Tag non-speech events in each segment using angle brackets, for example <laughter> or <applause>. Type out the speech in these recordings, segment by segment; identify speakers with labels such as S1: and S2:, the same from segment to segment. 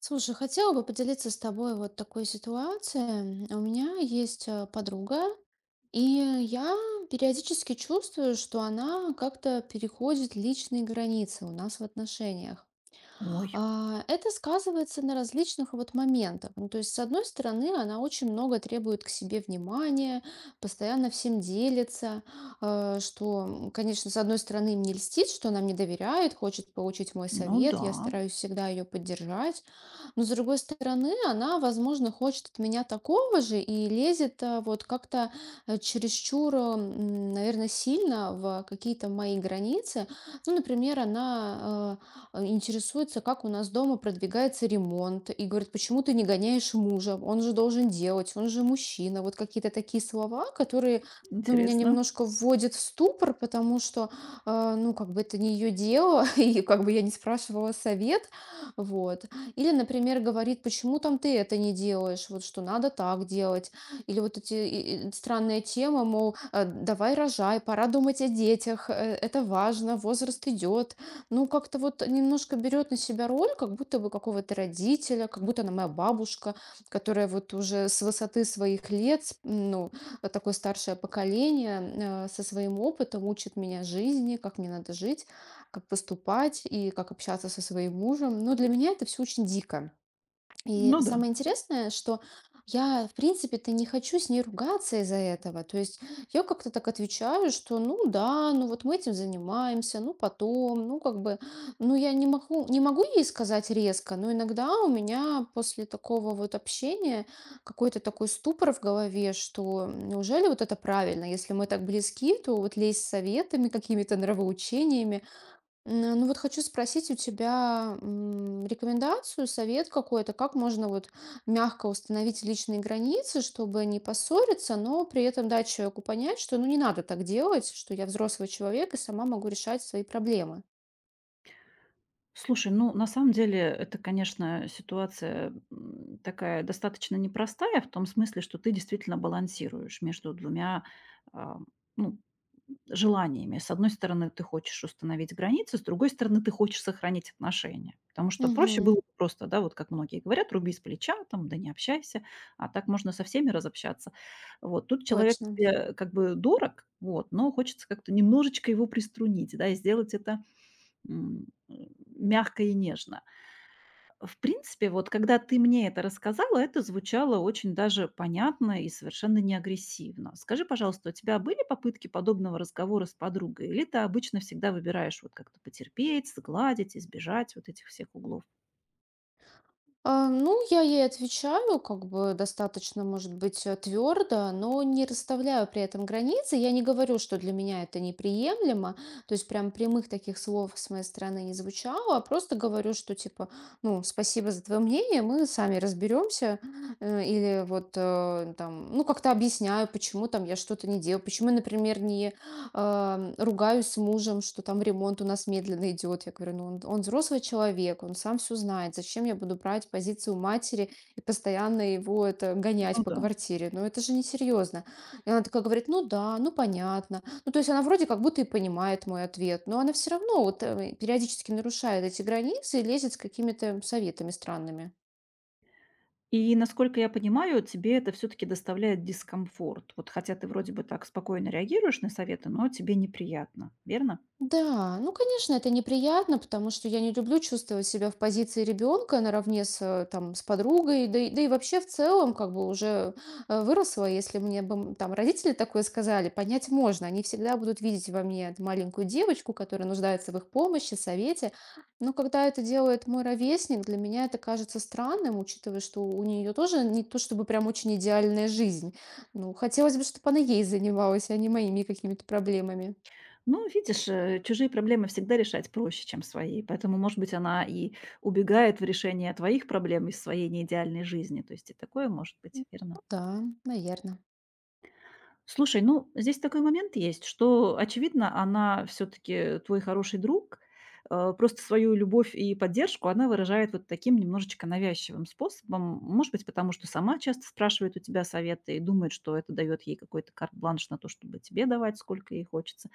S1: Слушай, хотела бы поделиться с тобой вот такой ситуацией. У меня есть подруга, и я периодически чувствую, что она как-то переходит личные границы у нас в отношениях.
S2: Ой,
S1: Это сказывается на различных вот моментах. Ну, то есть, с одной стороны, она очень много требует к себе внимания, постоянно всем делится, что, конечно, с одной стороны, мне льстит, что она мне доверяет, хочет получить мой
S2: ну
S1: совет,
S2: да,
S1: я стараюсь всегда ее поддержать. Но, с другой стороны, она, возможно, хочет от меня такого же и лезет вот как-то чересчур, наверное, сильно в какие-то мои границы. Ну, например, она интересуется, как у нас дома продвигается ремонт, и говорит, почему ты не гоняешь мужа, он же должен делать, он же мужчина. Вот какие-то такие слова, которые ну, меня
S2: интересно.
S1: немножко вводят в ступор, потому что, ну, как бы это не ее дело, <laughs> и как бы я не спрашивала совет, вот. Или, например, говорит, почему там ты это не делаешь, вот что надо так делать. Или вот эти и странная тема, мол, давай рожай, пора думать о детях, это важно, возраст идет. Ну, как-то вот немножко берет на себя роль, как будто бы какого-то родителя, как будто она моя бабушка, которая вот уже с высоты своих лет, ну, такое старшее поколение, со своим опытом учит меня жизни, как мне надо жить, как поступать и как общаться со своим мужем. Но для меня это все очень дико. И
S2: Ну да.
S1: самое интересное, что я, в принципе-то, не хочу с ней ругаться из-за этого. То есть я как-то так отвечаю, что ну да, ну вот мы этим занимаемся, ну потом, ну как бы, ну я не могу, не могу ей сказать резко, но иногда у меня после такого вот общения какой-то такой ступор в голове, что неужели вот это правильно, если мы так близки, то вот лезть с советами, какими-то нравоучениями. Ну вот хочу спросить у тебя рекомендацию, совет какой-то, как можно вот мягко установить личные границы, чтобы не поссориться, но при этом дать человеку понять, что ну не надо так делать, что я взрослый человек и сама могу решать свои проблемы.
S2: Слушай, ну на самом деле это, конечно, ситуация такая достаточно непростая в том смысле, что ты действительно балансируешь между двумя, а, ну, желаниями. С одной стороны, ты хочешь установить границы, с другой стороны, ты хочешь сохранить отношения. Потому что проще было
S1: Мгм.
S2: бы просто, да, вот как многие говорят, руби с плеча, там, да не общайся, а так можно со всеми разобщаться. Вот, тут человек
S1: Точно.
S2: тебе как бы дорог, вот, но хочется как-то немножечко его приструнить, да, и сделать это м, мягко и нежно. В принципе, вот когда ты мне это рассказала, это звучало очень даже понятно и совершенно не агрессивно. Скажи, пожалуйста, у тебя были попытки подобного разговора с подругой? Или ты обычно всегда выбираешь вот как-то потерпеть, сгладить, избежать вот этих всех углов?
S1: Ну, я ей отвечаю, как бы достаточно, может быть, твердо, но не расставляю при этом границы. Я не говорю, что для меня это неприемлемо. То есть прям прямых таких слов с моей стороны не звучало, а просто говорю, что типа, ну, спасибо за твое мнение, мы сами разберемся. Или вот там, ну, как-то объясняю, почему там я что-то не делаю, почему, например, не ругаюсь с мужем, что там ремонт у нас медленно идет. Я говорю, ну он взрослый человек, он сам все знает. Зачем я буду брать позицию матери и постоянно его это гонять
S2: Ну
S1: по
S2: да.
S1: квартире? Ну это же несерьезно. И она такая говорит, ну да, ну понятно. Ну то есть она вроде как будто и понимает мой ответ, но она все равно вот периодически нарушает эти границы и лезет с какими-то советами странными.
S2: И, насколько я понимаю, тебе это все-таки доставляет дискомфорт. Вот хотя ты вроде бы так спокойно реагируешь на советы, но тебе неприятно, верно?
S1: Да, ну, конечно, это неприятно, потому что я не люблю чувствовать себя в позиции ребенка наравне с, там, с подругой, да и вообще в целом, как бы уже выросла. Если мне бы там родители такое сказали, понять можно, они всегда будут видеть во мне эту маленькую девочку, которая нуждается в их помощи, совете, но когда это делает мой ровесник, для меня это кажется странным, учитывая, что у нее тоже не то чтобы прям очень идеальная жизнь, ну, хотелось бы, чтобы она ей занималась, а не моими какими-то проблемами.
S2: Ну, видишь, чужие проблемы всегда решать проще, чем свои. Поэтому, может быть, она и убегает в решение твоих проблем из своей неидеальной жизни. То есть и такое может быть,
S1: М,
S2: верно?
S1: ну да, наверно.
S2: Слушай, ну, здесь такой момент есть, что, очевидно, она все-таки твой хороший друг. Просто свою любовь и поддержку она выражает вот таким немножечко навязчивым способом. Может быть, потому что сама часто спрашивает у тебя советы и думает, что это дает ей какой-то карт-бланш на то, чтобы тебе давать, сколько ей хочется.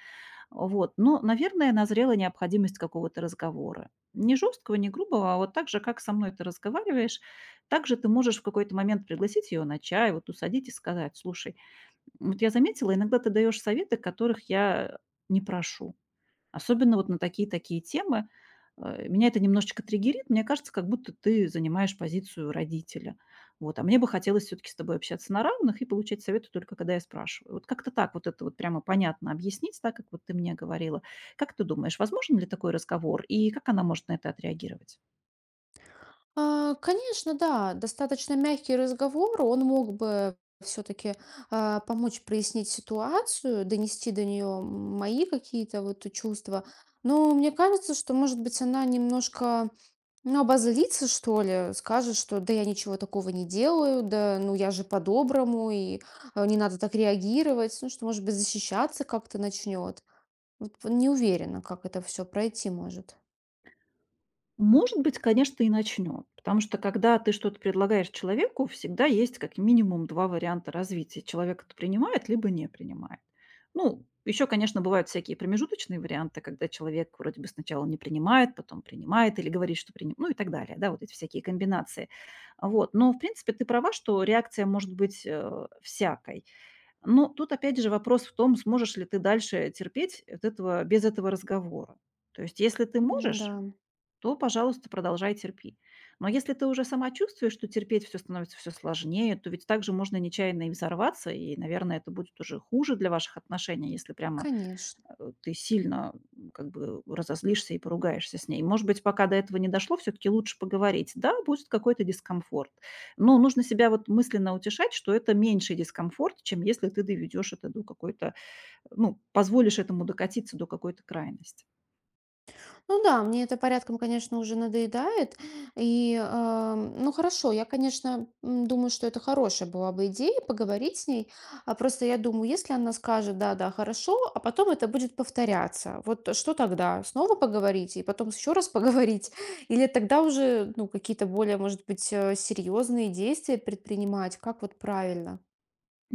S2: Вот. Но, наверное, назрела необходимость какого-то разговора. Не жесткого, не грубого, а вот так же, как со мной ты разговариваешь, так же ты можешь в какой-то момент пригласить ее на чай, вот усадить и сказать: слушай, вот я заметила, иногда ты даешь советы, которых я не прошу. Особенно вот на такие-такие темы. Меня это немножечко триггерит. Мне кажется, как будто ты занимаешь позицию родителя. Вот. А мне бы хотелось все-таки с тобой общаться на равных и получать советы только когда я спрашиваю. Вот как-то так вот это вот прямо понятно объяснить, так как вот ты мне говорила. Как ты думаешь, возможен ли такой разговор и как она может на это отреагировать?
S1: Конечно, да, достаточно мягкий разговор. Он мог бы все-таки, помочь прояснить ситуацию, донести до нее мои какие-то вот чувства. Но мне кажется, что, может быть, она немножко, ну, обозлится, что ли, скажет, что да я ничего такого не делаю, да, ну я же по-доброму, и, не надо так реагировать. Ну, что, может быть, защищаться как-то начнет. Вот не уверена, как это все пройти может.
S2: Может быть, конечно, и начнет. Потому что, когда ты что-то предлагаешь человеку, всегда есть как минимум 2 варианта развития. Человек это принимает, либо не принимает. Ну, еще, конечно, бывают всякие промежуточные варианты, когда человек вроде бы сначала не принимает, потом принимает или говорит, что принимает, ну и так далее, да, вот эти всякие комбинации. Вот. Но, в принципе, ты права, что реакция может быть всякой. Но тут, опять же, вопрос в том, сможешь ли ты дальше терпеть от этого, без этого разговора. То есть, если ты
S1: Да.
S2: можешь, то, пожалуйста, продолжай терпи. Но если ты уже сама чувствуешь, что терпеть все становится все сложнее, то ведь также можно нечаянно и взорваться, и, наверное, это будет уже хуже для ваших отношений, если прямо,
S1: Конечно.
S2: ты сильно, как бы разозлишься и поругаешься с ней. Может быть, пока до этого не дошло, все таки лучше поговорить. Да, будет какой-то дискомфорт, но нужно себя вот мысленно утешать, что это меньший дискомфорт, чем если ты доведешь это до какой-то, ну, позволишь этому докатиться до какой-то крайности.
S1: Ну да, мне это порядком, конечно, уже надоедает. И ну хорошо, я, конечно, думаю, что это хорошая была бы идея поговорить с ней. А просто я думаю, если она скажет, да, да, хорошо, а потом это будет повторяться. Вот что тогда? Снова поговорить и потом еще раз поговорить? <laughs> Или тогда уже, ну, какие-то более, может быть, серьезные действия предпринимать? Как вот правильно?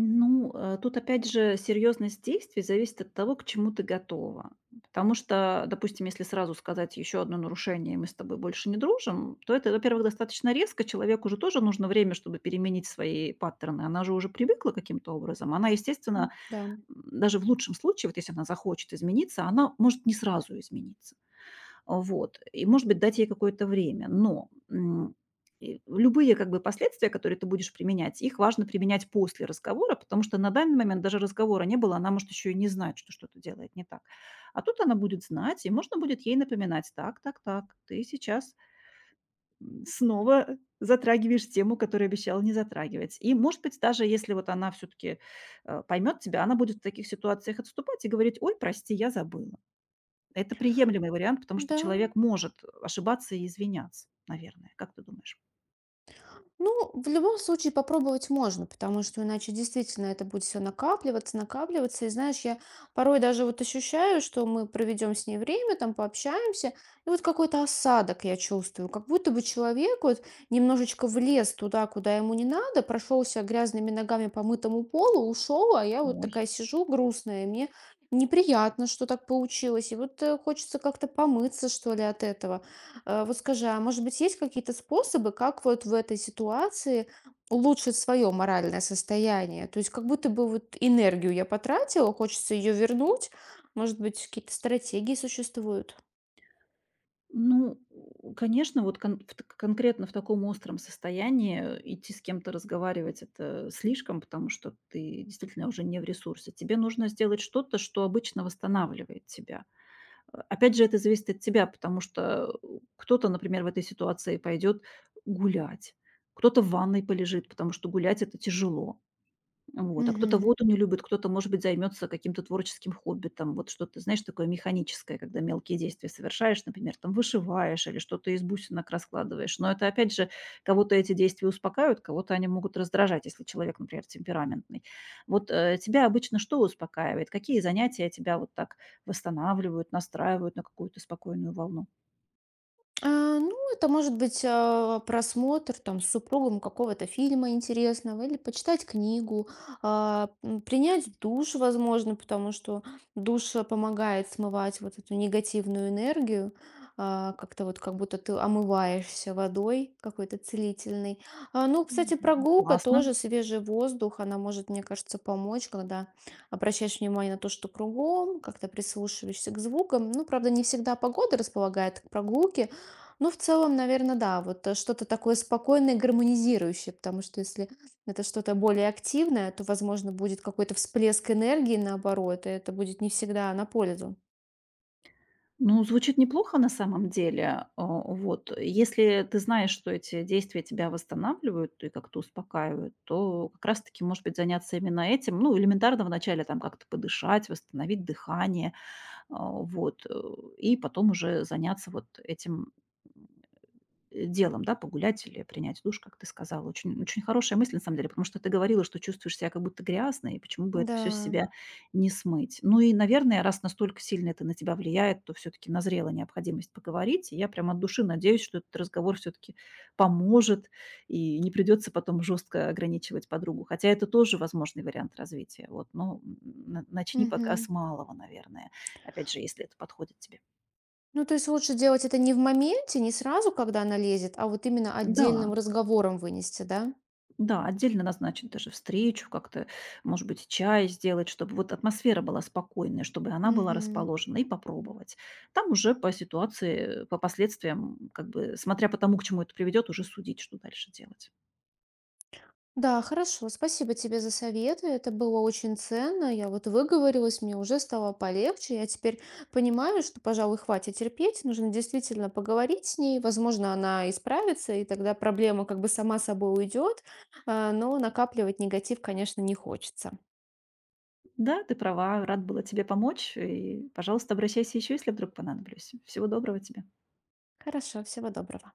S2: Ну, тут опять же серьезность действий зависит от того, к чему ты готова. Потому что, допустим, если сразу сказать: еще одно нарушение, и мы с тобой больше не дружим, то это, во-первых, достаточно резко. Человеку же тоже нужно время, чтобы переменить свои паттерны. Она же уже привыкла каким-то образом. Она, естественно,
S1: Да.
S2: даже в лучшем случае, вот если она захочет измениться, она может не сразу измениться. Вот. И, может быть, дать ей какое-то время. Но и любые как бы последствия, которые ты будешь применять, их важно применять после разговора, потому что на данный момент даже разговора не было, она может еще и не знать, что что-то делает не так. А тут она будет знать, и можно будет ей напоминать: "Так, так, так, ты сейчас, снова затрагиваешь тему, которую обещала не затрагивать". И, может быть, даже если вот она все таки поймет тебя, она будет в таких ситуациях отступать и говорить: "Ой, прости, я забыла". Это приемлемый вариант, потому что
S1: Да,
S2: человек может ошибаться и извиняться, наверное. Как ты думаешь?
S1: ну, в любом случае попробовать можно, потому что иначе действительно это будет все накапливаться. И знаешь, я порой даже вот ощущаю, что мы проведем с ней время, там пообщаемся, и вот какой-то осадок я чувствую, как будто бы человек вот немножечко влез туда, куда ему не надо, прошелся грязными ногами по мытому полу, ушел, а я вот
S2: Ой,
S1: такая сижу грустная, и мне неприятно, что так получилось. И вот хочется как-то помыться, что ли, от этого. Вот скажи, а может быть, есть какие-то способы, как вот в этой ситуации улучшить свое моральное состояние? То есть как будто бы вот энергию я потратила, хочется ее вернуть. Может быть, какие-то стратегии существуют?
S2: ну, у конечно, вот конкретно в таком остром состоянии, идти с кем-то разговаривать- это слишком, потому что ты действительно уже не в ресурсе. Тебе нужно сделать что-то, что обычно восстанавливает тебя. Опять же, это зависит от тебя, потому что, кто-то, например, в этой ситуации пойдет гулять, кто-то в ванной полежит, потому что гулять- это тяжело. Вот, а кто-то воду не любит, кто-то, может быть, займется каким-то творческим хобби, там вот что-то, знаешь, такое механическое, когда мелкие действия совершаешь, например, там вышиваешь или что-то из бусинок раскладываешь. Но это, опять же, кого-то эти действия успокаивают, кого-то они могут раздражать, если человек, например, темпераментный. Вот тебя обычно что успокаивает? Какие занятия тебя вот так восстанавливают, настраивают на какую-то спокойную волну?
S1: Ну, это может быть, просмотр там с супругом какого-то фильма интересного или почитать книгу, принять душ, возможно, потому что душ помогает смывать вот эту негативную энергию, как-то вот как будто ты омываешься водой какой-то целительной. Ну, кстати,
S2: Мгм.
S1: прогулка
S2: Классно.
S1: тоже, свежий воздух, она может, мне кажется, помочь, когда обращаешь внимание на то, что кругом, как-то прислушиваешься к звукам. Ну, правда, не всегда погода располагает к прогулке, ну, в целом, наверное, да, вот что-то такое спокойное, гармонизирующее, потому что если это что-то более активное, то, возможно, будет какой-то всплеск энергии, наоборот, и это будет не всегда на пользу.
S2: Ну, звучит неплохо на самом деле. Вот. Если ты знаешь, что эти действия тебя восстанавливают и как-то успокаивают, то как раз-таки, может быть, заняться именно этим. Ну, элементарно вначале там как-то подышать, восстановить дыхание, а, вот, э, и потом уже заняться вот этим делом, да, погулять или принять душ, как ты сказала. Очень, очень хорошая мысль, на самом деле, потому что ты говорила, что чувствуешь себя как будто грязной, и почему бы это все с
S1: Да.
S2: себя не смыть. Ну и, наверное, раз настолько сильно это на тебя влияет, то все-таки назрела необходимость поговорить. И я прям от души надеюсь, что этот разговор все-таки поможет, и не придется потом жестко ограничивать подругу. Хотя это тоже возможный вариант развития. Вот, но начни пока с
S1: Мгм.
S2: малого, наверное. Опять же, если это подходит тебе.
S1: Ну, то есть лучше делать это не в моменте, не сразу, когда она лезет, а вот именно
S2: Да.
S1: отдельным разговором вынести, да?
S2: Да, отдельно назначить даже встречу, как-то, может быть, чай сделать, чтобы вот атмосфера была спокойная, чтобы она была
S1: Мгм.
S2: расположена, и попробовать. Там уже по ситуации, по последствиям, как бы, смотря по тому, к чему это приведет, уже судить, что дальше делать.
S1: Да, хорошо. Спасибо тебе за советы. Это было очень ценно. Я вот выговорилась, мне уже стало полегче. Я теперь понимаю, что, пожалуй, хватит терпеть. Нужно действительно поговорить с ней. Возможно, она исправится, и тогда проблема как бы сама собой уйдет. Но накапливать негатив, конечно, не хочется.
S2: Да, ты права, рад была тебе помочь. И, пожалуйста, обращайся еще, если вдруг понадоблюсь. Всего доброго тебе.
S1: Хорошо, всего доброго.